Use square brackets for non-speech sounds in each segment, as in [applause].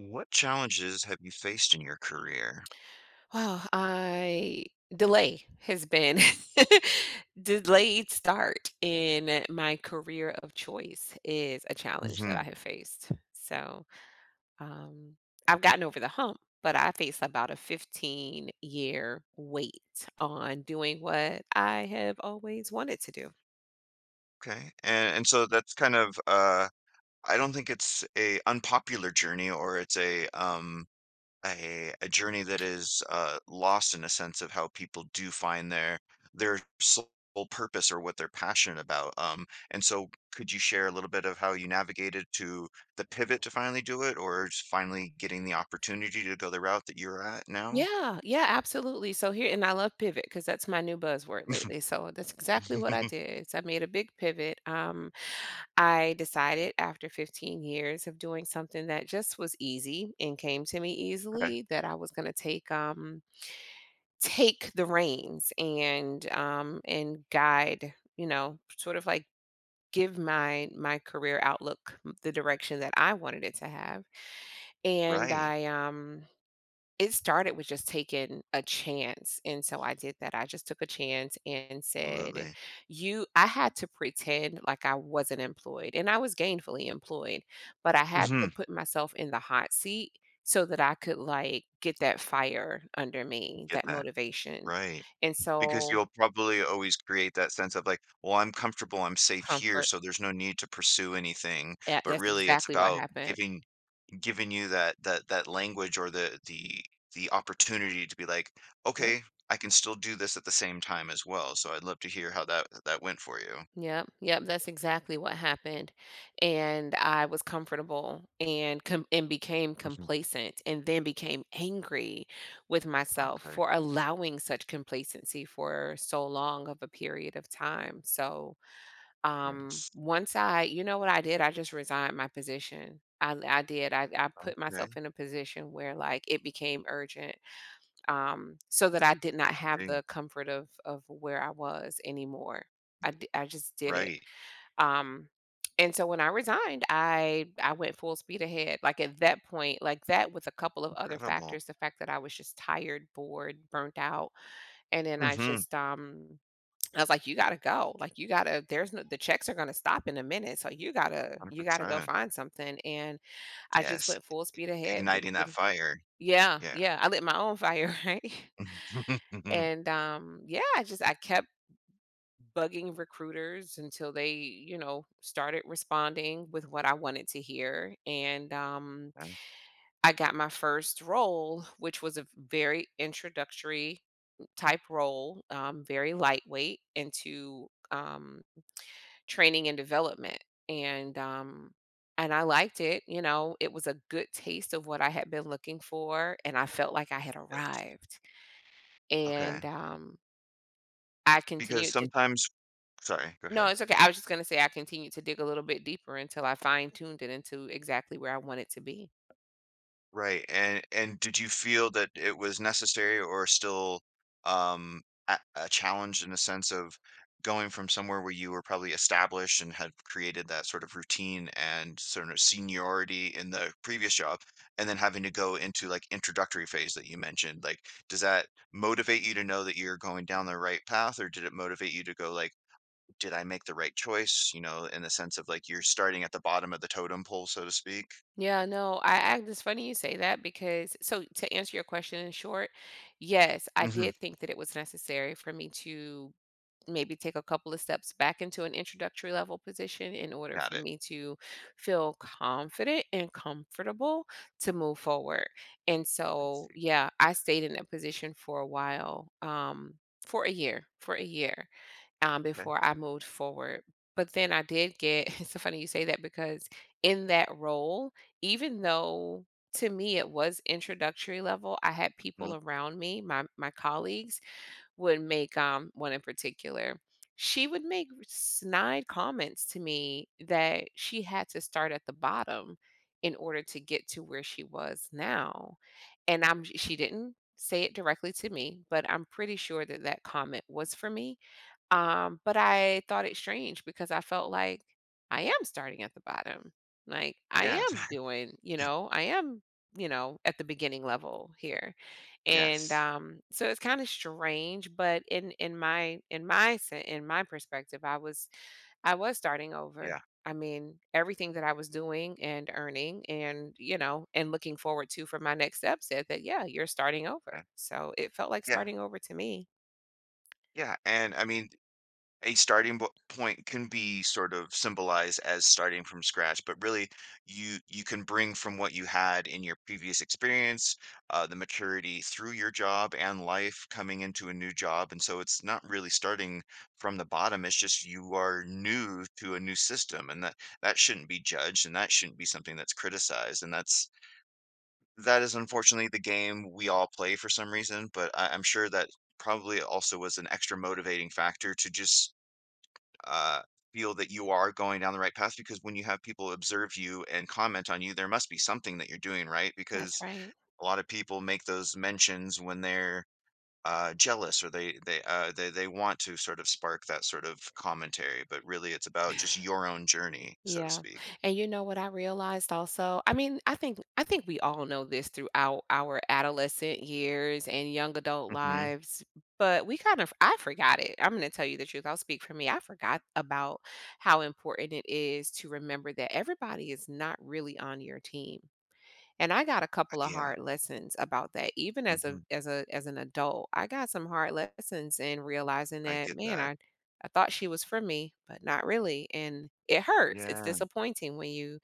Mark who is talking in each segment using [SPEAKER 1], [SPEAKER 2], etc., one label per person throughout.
[SPEAKER 1] What challenges have you faced in your career?
[SPEAKER 2] Well, I delay has been [laughs] delayed start in my career of choice is a challenge that I
[SPEAKER 1] Mhm.
[SPEAKER 2] have faced. Um, I've gotten over the hump, but I face about a 15-year wait on doing what I have always wanted to do.
[SPEAKER 1] Okay. And so that's kind of I don't think it's a unpopular journey or it's a a journey that is lost in a sense of how people do find their sole purpose or what they're passionate about. And so could you share a little bit of how you navigated to the pivot to finally do it or just finally getting the opportunity to go the route that you're at now?
[SPEAKER 2] Yeah, yeah, absolutely. So here, and I love pivot because that's my new buzzword lately. So that's exactly what I
[SPEAKER 1] [laughs]
[SPEAKER 2] did. Is I made a big pivot. I decided after 15 years of doing something that just was easy and came to me
[SPEAKER 1] Okay.
[SPEAKER 2] easily that I was going to take the reins and guide, you know, sort of like give my career outlook the direction that I wanted it to have. And
[SPEAKER 1] Right.
[SPEAKER 2] I It started with just taking a chance, and so I did that. I just took a chance and said,
[SPEAKER 1] Absolutely.
[SPEAKER 2] "You" I had to pretend like I wasn't employed, and I was gainfully employed, but I had
[SPEAKER 1] Mhm.
[SPEAKER 2] to put myself in the hot seat so that I could, like, get that fire under me,
[SPEAKER 1] Get
[SPEAKER 2] that
[SPEAKER 1] that.
[SPEAKER 2] motivation,
[SPEAKER 1] Right.
[SPEAKER 2] and
[SPEAKER 1] Because
[SPEAKER 2] so
[SPEAKER 1] you'll probably always create that sense of like, well, I'm comfortable, I'm safe here,
[SPEAKER 2] comfort.
[SPEAKER 1] so there's no need to pursue anything.
[SPEAKER 2] Yeah,
[SPEAKER 1] But
[SPEAKER 2] that's
[SPEAKER 1] really it's
[SPEAKER 2] exactly what
[SPEAKER 1] about
[SPEAKER 2] happened.
[SPEAKER 1] giving giving you that that language or the the opportunity to be like,
[SPEAKER 2] Yep.
[SPEAKER 1] okay, I can still do this at the same time as well. So I'd love to hear how that went for you.
[SPEAKER 2] Yep, yep, that's exactly what happened, and I was comfortable and com and became
[SPEAKER 1] Mhm.
[SPEAKER 2] complacent and then became angry with myself
[SPEAKER 1] Okay.
[SPEAKER 2] for allowing such complacency for so long of a period of time, so,
[SPEAKER 1] Yes.
[SPEAKER 2] once I you know what I did? I just resigned my position. I did, I put
[SPEAKER 1] Okay.
[SPEAKER 2] myself in a position where, like, it became urgent, so that I did not
[SPEAKER 1] I
[SPEAKER 2] have
[SPEAKER 1] see.
[SPEAKER 2] the comfort of where I was anymore. I just did it.
[SPEAKER 1] Right.
[SPEAKER 2] Um, and so when I resigned, I went full speed ahead. Like at that point, like that with a couple of other
[SPEAKER 1] Incredible.
[SPEAKER 2] factors, the fact that I was just tired, bored, burnt out, and then
[SPEAKER 1] Mm-hmm.
[SPEAKER 2] I was like, you gotta go. Like you gotta. There's no. The checks are gonna stop in a minute, so you gotta go
[SPEAKER 1] 100%.
[SPEAKER 2] find something. And I just
[SPEAKER 1] Yes.
[SPEAKER 2] went full speed ahead with
[SPEAKER 1] Igniting that
[SPEAKER 2] getting.
[SPEAKER 1] fire.
[SPEAKER 2] Yeah,
[SPEAKER 1] Yeah.
[SPEAKER 2] yeah. I lit my own fire, [laughs] right?
[SPEAKER 1] Mhm. [laughs]
[SPEAKER 2] And yeah, I kept bugging recruiters until they, you know, started responding with what I wanted to hear. And
[SPEAKER 1] Uh,
[SPEAKER 2] I got my first role, which was a very introductory type role, very lightweight into training and development. And um, and I liked it. You know, it was a good taste of what I had been looking for, and I felt like I had
[SPEAKER 1] Yes.
[SPEAKER 2] arrived.
[SPEAKER 1] Okay.
[SPEAKER 2] And I
[SPEAKER 1] Because
[SPEAKER 2] continued
[SPEAKER 1] sometimes, sorry, go
[SPEAKER 2] No,
[SPEAKER 1] ahead.
[SPEAKER 2] it's okay. I was just gonna say I continued to dig a little bit deeper until I fine-tuned it into exactly where I want it to be.
[SPEAKER 1] Right. And did you feel that it was necessary or still um a challenge in the sense of going from somewhere where you were probably established and had created that sort of routine and sort of seniority in the previous job and then having to go into like introductory phase that you mentioned like does that motivate you to know that you're going down the right path or did it motivate you to go like did I make the right choice, you know, in the sense of, like, you're starting at the bottom of the totem pole, so to speak?
[SPEAKER 2] Yeah, no, I it's funny you say that because so to answer your question in short, yes, I
[SPEAKER 1] Mhm,
[SPEAKER 2] did think that it was necessary for me to maybe take a couple of steps back into an introductory level position in order
[SPEAKER 1] got
[SPEAKER 2] for
[SPEAKER 1] it.
[SPEAKER 2] me to feel confident and comfortable to move forward. And
[SPEAKER 1] I
[SPEAKER 2] so,
[SPEAKER 1] see,
[SPEAKER 2] yeah, I stayed in that position for a while, for a year, for a year. Um,
[SPEAKER 1] okay.
[SPEAKER 2] before I moved forward. But then I did get, [laughs] it's so funny you say that because in that role, even though to me it was introductory level, I had
[SPEAKER 1] Mm,
[SPEAKER 2] people around me, my colleagues would make one in particular. She would make snide comments to me that she had to start at the bottom in order to get to where she was now. And I'm She didn't say it directly to me, but I'm pretty sure that that comment was for me, but I thought it strange because I felt like I am starting at the bottom. Like I
[SPEAKER 1] yeah,
[SPEAKER 2] am
[SPEAKER 1] [laughs]
[SPEAKER 2] doing, you know, I am, you know, at the beginning level here. And
[SPEAKER 1] yes,
[SPEAKER 2] so it's kind of strange, but in my perspective, I was starting over.
[SPEAKER 1] yeah,
[SPEAKER 2] I mean, everything that I was doing and earning and, you know, and looking forward to for my next step said that yeah, you're starting
[SPEAKER 1] uh,
[SPEAKER 2] over. So it felt like
[SPEAKER 1] yeah,
[SPEAKER 2] starting over to me.
[SPEAKER 1] yeah, and I mean a point can be sort of symbolized as starting from scratch but really you can bring from what you had in your previous experience, the maturity through your job and life coming into a new job, and so it's not really starting from the bottom, it's just you are new to a new system, and that that shouldn't be judged and that shouldn't be something that's criticized, and that is unfortunately the game we all play for some reason. But I'm sure that probably also was an extra motivating factor to just uh, feel that you are going down the right path, because when you have people observe you and comment on you, there must be something that you're doing right,
[SPEAKER 2] That's
[SPEAKER 1] because
[SPEAKER 2] right.
[SPEAKER 1] a lot of people make those mentions when they're jealous, or they want to sort of spark that sort of commentary, but really it's about just your own journey, so to
[SPEAKER 2] Yeah.
[SPEAKER 1] speak.
[SPEAKER 2] And you know what I realized also? I mean, I think we all know this throughout our adolescent years and young adult
[SPEAKER 1] Hmm.
[SPEAKER 2] lives, but we kind of I forgot it. I'm going to tell you the truth. I'll speak for me. I forgot about how important it is to remember that everybody is not really on your team. And I got a couple of
[SPEAKER 1] Yeah,
[SPEAKER 2] hard lessons about that. Even as
[SPEAKER 1] hmm,
[SPEAKER 2] a as a as an adult, I got some hard lessons in realizing
[SPEAKER 1] I
[SPEAKER 2] that,
[SPEAKER 1] get
[SPEAKER 2] man,
[SPEAKER 1] that.
[SPEAKER 2] I thought she was for me, but not really. And it hurts. It's
[SPEAKER 1] Yeah,
[SPEAKER 2] disappointing when you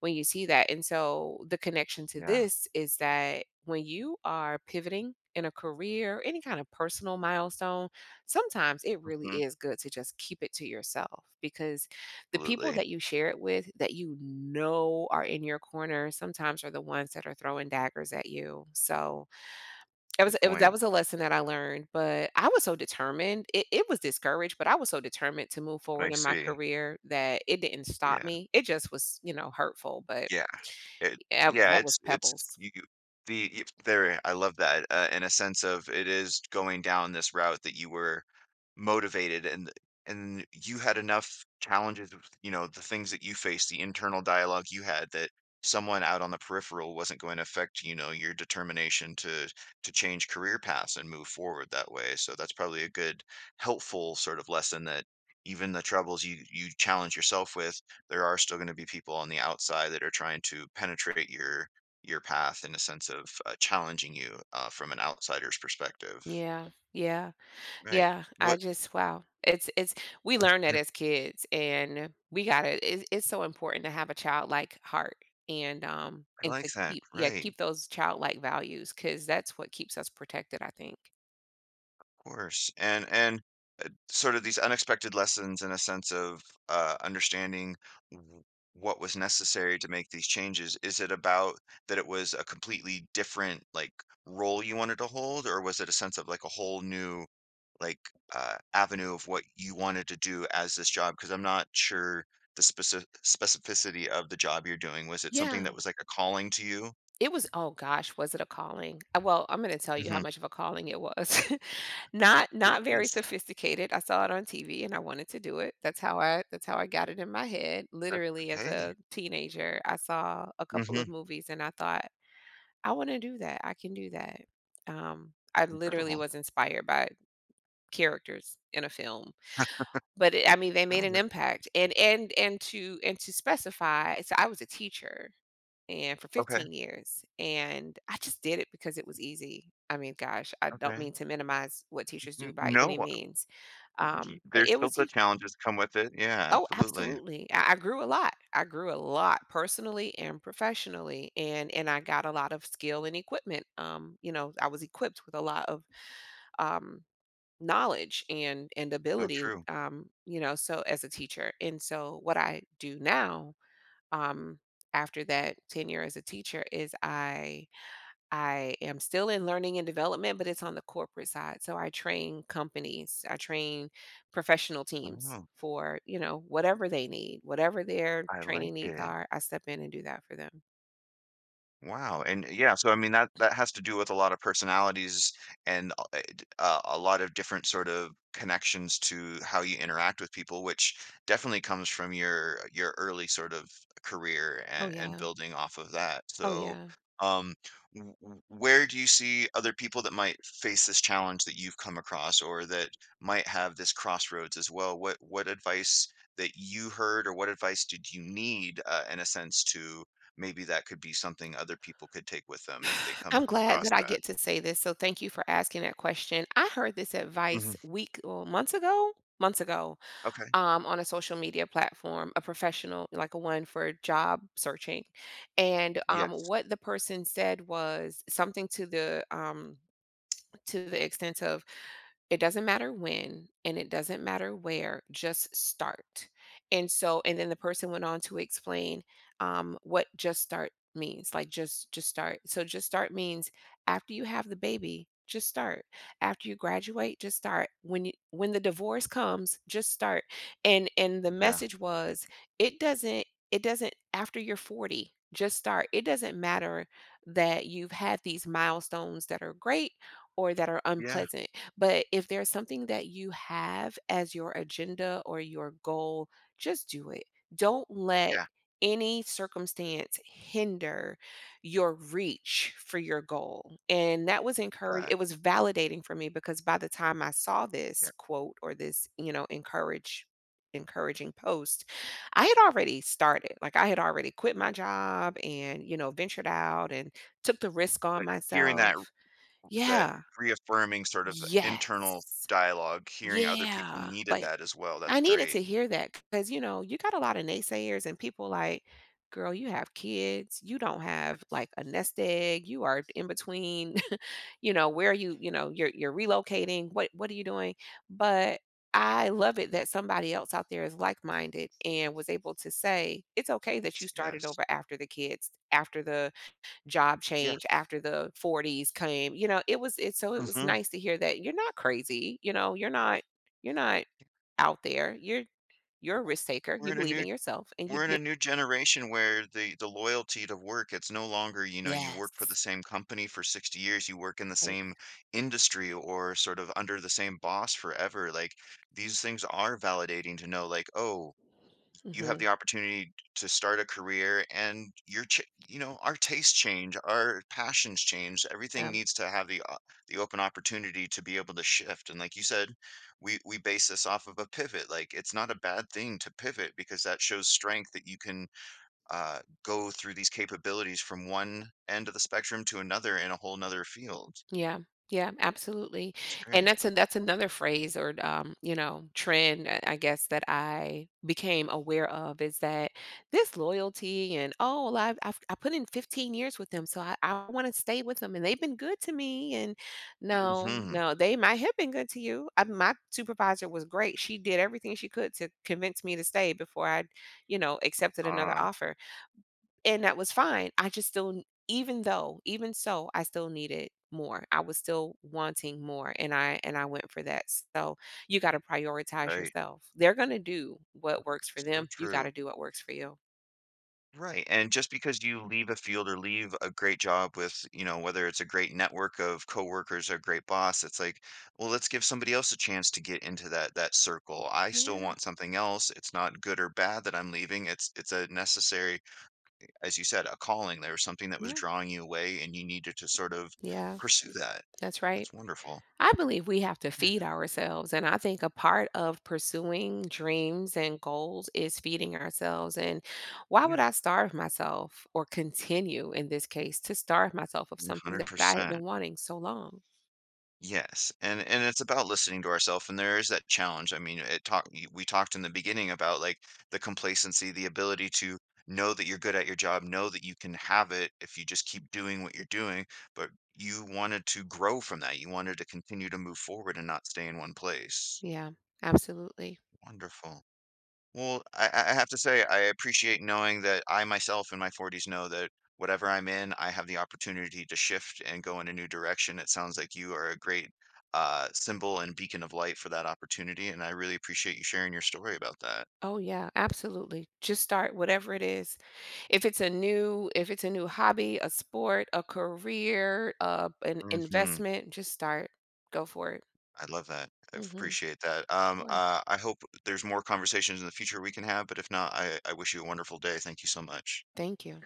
[SPEAKER 2] when you see that. And so the connection to
[SPEAKER 1] yeah,
[SPEAKER 2] this is that when you are pivoting in a career, any kind of personal milestone, sometimes it really
[SPEAKER 1] hmm,
[SPEAKER 2] is good to just keep it to yourself because the people
[SPEAKER 1] absolutely.
[SPEAKER 2] that you share it with that you know are in your corner sometimes are the ones that are throwing daggers at you. So it was
[SPEAKER 1] Good
[SPEAKER 2] it was that
[SPEAKER 1] point.
[SPEAKER 2] was a lesson that I learned, but I was so determined. It was discouraged, but I was so determined to move
[SPEAKER 1] But I
[SPEAKER 2] forward in my
[SPEAKER 1] see.
[SPEAKER 2] career that it didn't stop
[SPEAKER 1] Yeah,
[SPEAKER 2] me. It just was, you know, hurtful, but
[SPEAKER 1] yeah. It
[SPEAKER 2] yeah,
[SPEAKER 1] yeah,
[SPEAKER 2] that was
[SPEAKER 1] it's
[SPEAKER 2] Pebbles.
[SPEAKER 1] you the you there. I love that, in a sense of it is going down this route that you were motivated, and you had enough challenges with, you know, the things that you faced, the internal dialogue you had, that someone out on the peripheral wasn't going to affect, you know, your determination to change career paths and move forward that way. So that's probably a good helpful sort of lesson that even the troubles you challenge yourself with, there are still going to be people on the outside that are trying to penetrate your path in a sense of challenging you from an outsider's perspective.
[SPEAKER 2] Yeah, yeah,
[SPEAKER 1] Right.
[SPEAKER 2] yeah, I
[SPEAKER 1] What
[SPEAKER 2] just wow. It's we learn that
[SPEAKER 1] [clears throat]
[SPEAKER 2] as kids and we gotta it's so important to have a childlike heart
[SPEAKER 1] I
[SPEAKER 2] and
[SPEAKER 1] like
[SPEAKER 2] to
[SPEAKER 1] that,
[SPEAKER 2] keep yeah,
[SPEAKER 1] right, of
[SPEAKER 2] keep those childlike values, because that's what keeps us protected, I think.
[SPEAKER 1] course, and sort of these unexpected lessons and a sense of, understanding w what was necessary to make these changes. Is it about that it was a completely different, like, role you wanted to hold, or was it a sense of, like, a whole new, like, avenue of what you wanted to do as this job? Because 'cause I'm not sure the specificity of the job you're doing. Was it something that
[SPEAKER 2] Yeah.
[SPEAKER 1] was, like, a calling to you?
[SPEAKER 2] It was oh gosh, was it a calling? Well, I'm gonna tell you how
[SPEAKER 1] Mhm.
[SPEAKER 2] much of a calling it was. [laughs] Not
[SPEAKER 1] Sure,
[SPEAKER 2] not very
[SPEAKER 1] please.
[SPEAKER 2] sophisticated. I saw it on TV and I wanted to do it. That's how I got it in my head.
[SPEAKER 1] That
[SPEAKER 2] Literally as
[SPEAKER 1] okay.
[SPEAKER 2] a teenager, I saw a couple of
[SPEAKER 1] Mhm.
[SPEAKER 2] movies and I thought, I wanna do that. I can do that. I literally
[SPEAKER 1] Incredible.
[SPEAKER 2] was inspired by characters in a film. But it, I mean, they made
[SPEAKER 1] No,
[SPEAKER 2] an
[SPEAKER 1] that
[SPEAKER 2] impact. And to specify, so I was a teacher and for
[SPEAKER 1] okay,
[SPEAKER 2] 15 years. And I just did it because it was easy. I mean, gosh, I don't
[SPEAKER 1] okay.
[SPEAKER 2] mean to minimize what teachers
[SPEAKER 1] N
[SPEAKER 2] do by
[SPEAKER 1] No,
[SPEAKER 2] any means.
[SPEAKER 1] y
[SPEAKER 2] But
[SPEAKER 1] there's
[SPEAKER 2] it
[SPEAKER 1] still
[SPEAKER 2] was,
[SPEAKER 1] the
[SPEAKER 2] u-
[SPEAKER 1] challenges come with it. Yeah,
[SPEAKER 2] Oh,
[SPEAKER 1] absolutely.
[SPEAKER 2] absolutely. I grew a lot. I grew a lot personally and professionally. And I got a lot of skill and equipment. You know, I was equipped with a lot of, um, knowledge and
[SPEAKER 1] So
[SPEAKER 2] ability,
[SPEAKER 1] true.
[SPEAKER 2] you know, so as a teacher, and so what I do now um after that tenure as a teacher is I am still in learning and development, but it's on the corporate side. So I train companies, I train professional teams
[SPEAKER 1] Oh,
[SPEAKER 2] for, you know, whatever they need, whatever their
[SPEAKER 1] I
[SPEAKER 2] training
[SPEAKER 1] like
[SPEAKER 2] needs
[SPEAKER 1] it.
[SPEAKER 2] are, I step in and do that for them.
[SPEAKER 1] Wow, and yeah, so I mean that that has to do with a lot of personalities and a lot of different sort of connections to how you interact with people, which definitely comes from your early sort of career
[SPEAKER 2] Oh,
[SPEAKER 1] and
[SPEAKER 2] yeah.
[SPEAKER 1] building off of that.
[SPEAKER 2] Oh,
[SPEAKER 1] So,
[SPEAKER 2] yeah.
[SPEAKER 1] um, w w where do you see other people that might face this challenge that you've come across or that might have this crossroads as well? What advice that you heard or what advice did you need, in a sense to maybe that could be something other people could take with them if they
[SPEAKER 2] [sighs]
[SPEAKER 1] come
[SPEAKER 2] I'm glad
[SPEAKER 1] across
[SPEAKER 2] that I
[SPEAKER 1] that.
[SPEAKER 2] get to say this. So thank you for asking that question. I heard this
[SPEAKER 1] Mhm.
[SPEAKER 2] advice week or months ago, months ago.
[SPEAKER 1] Okay.
[SPEAKER 2] On a social media platform, a professional, like a one for job searching. And
[SPEAKER 1] Yes.
[SPEAKER 2] what the person said was something to the extent of it doesn't matter when and it doesn't matter where, just start. And so, and then the person went on to explain, what just start means, like just start, so just start means after you have the baby, just start, after you graduate, just start, when you when the divorce comes, just start. And the
[SPEAKER 1] Yeah.
[SPEAKER 2] message was it doesn't after you're 40, just start, it doesn't matter that you've had these milestones that are great or that are
[SPEAKER 1] Yeah.
[SPEAKER 2] unpleasant, but if there's something that you have as your agenda or your goal, just do it. Don't let
[SPEAKER 1] Yeah.
[SPEAKER 2] any circumstance hinder your reach for your goal. And that was encouraged,
[SPEAKER 1] Uh,
[SPEAKER 2] it was validating for me because by the time I saw
[SPEAKER 1] yeah.
[SPEAKER 2] this quote or this, you know, encourage encouraging post, I had already started. Like I had already quit my job and, you know, ventured out and took the risk on
[SPEAKER 1] But hearing that
[SPEAKER 2] myself.
[SPEAKER 1] that
[SPEAKER 2] Yeah.
[SPEAKER 1] reaffirming sort of internal
[SPEAKER 2] Yes.
[SPEAKER 1] dialogue, hearing other people
[SPEAKER 2] Yeah,
[SPEAKER 1] needed
[SPEAKER 2] like,
[SPEAKER 1] that as well, that's
[SPEAKER 2] I needed
[SPEAKER 1] great.
[SPEAKER 2] to hear that because you know, you got a lot of naysayers and people like, "Girl, you have kids, you don't have, like, a nest egg, you are in between, [laughs] you know, you're relocating, what are you doing?" But I love it that somebody else out there is like-minded and was able to say, "It's okay that you started
[SPEAKER 1] Yes.
[SPEAKER 2] over after the kids, after the" job
[SPEAKER 1] Yeah.
[SPEAKER 2] change after the 40s came. You know, it was it. So it was
[SPEAKER 1] Mhm.
[SPEAKER 2] nice to hear that you're not crazy, you know, you're not out there. You're a risk taker.
[SPEAKER 1] We're
[SPEAKER 2] You
[SPEAKER 1] in a
[SPEAKER 2] believe
[SPEAKER 1] new
[SPEAKER 2] in yourself and you
[SPEAKER 1] we're in
[SPEAKER 2] did.
[SPEAKER 1] a new generation where the loyalty to work, it's no longer, you know, you work for
[SPEAKER 2] Yes.
[SPEAKER 1] the same company for 60 years, you work in the
[SPEAKER 2] Right.
[SPEAKER 1] same industry or sort of under the same boss forever. Like, these things are validating to know, like, oh, you have
[SPEAKER 2] Hmm.
[SPEAKER 1] the opportunity to start a career and you know, our tastes change, our passions change, everything
[SPEAKER 2] Um.
[SPEAKER 1] needs to have the open opportunity to be able to shift, and like you said, we base this off of a pivot. Like, it's not a bad thing to pivot, because that shows strength that you can, go through these capabilities from one end of the spectrum to another in a whole nother field.
[SPEAKER 2] Yeah. Yeah, absolutely.
[SPEAKER 1] That's
[SPEAKER 2] And
[SPEAKER 1] great.
[SPEAKER 2] that's a, that's another phrase or you know, trend I guess that I became aware of is that this loyalty and oh, well, I put in 15 years with them, so I want to stay with them, and they've been good to me. And no,
[SPEAKER 1] Mhm.
[SPEAKER 2] no, they might have been good to you. I, my supervisor was great; she did everything she could to convince me to stay before I you know, accepted another
[SPEAKER 1] Ah,
[SPEAKER 2] offer. And that was fine. I just still even though even so, I still needed more. I was still wanting more, and I went for that. So, you gotta prioritize
[SPEAKER 1] right.
[SPEAKER 2] yourself. They're gonna do what works for
[SPEAKER 1] So
[SPEAKER 2] them. You
[SPEAKER 1] true.
[SPEAKER 2] gotta do what works for you.
[SPEAKER 1] Right. And just because you leave a field or leave a great job with, you know, whether it's a great network of coworkers or a great boss, it's like, well, let's give somebody else a chance to get into that circle. I still
[SPEAKER 2] Yeah,
[SPEAKER 1] want something else. It's not good or bad that I'm leaving. It's a necessary, as you said, a calling. There was something that was
[SPEAKER 2] yeah,
[SPEAKER 1] drawing you away and you needed to sort of
[SPEAKER 2] yeah.
[SPEAKER 1] pursue that.
[SPEAKER 2] That's right.
[SPEAKER 1] That's wonderful.
[SPEAKER 2] I believe we have to
[SPEAKER 1] Yeah.
[SPEAKER 2] feed ourselves, and I think a part of pursuing dreams and goals is feeding ourselves, and why would
[SPEAKER 1] Yeah.
[SPEAKER 2] I starve myself or continue, in this case, to starve myself of something that I had been
[SPEAKER 1] 100%.
[SPEAKER 2] wanting so long?
[SPEAKER 1] Yes, and it's about listening to ourselves, and there is that challenge. I mean, it we talked in the beginning about like the complacency, the ability to know that you're good at your job, know that you can have it if you just keep doing what you're doing, but you wanted to grow from that. You wanted to continue to move forward and not stay in one place.
[SPEAKER 2] Yeah, absolutely.
[SPEAKER 1] Wonderful. Well, I have to say, I appreciate knowing that I myself in my 40s know that whatever I'm in, I have the opportunity to shift and go in a new direction. It sounds like you are a great symbol and beacon of light for that opportunity, and I really appreciate you sharing your story about that.
[SPEAKER 2] Oh yeah, absolutely. Just start whatever it is. If it's a new hobby, a sport, a career, an
[SPEAKER 1] Hmm.
[SPEAKER 2] investment, just start. Go for it.
[SPEAKER 1] I love that. I
[SPEAKER 2] Mhm.
[SPEAKER 1] appreciate that.
[SPEAKER 2] Sure.
[SPEAKER 1] I hope there's more conversations in the future we can have, but if not, I wish you a wonderful day. Thank you so much.
[SPEAKER 2] Thank you.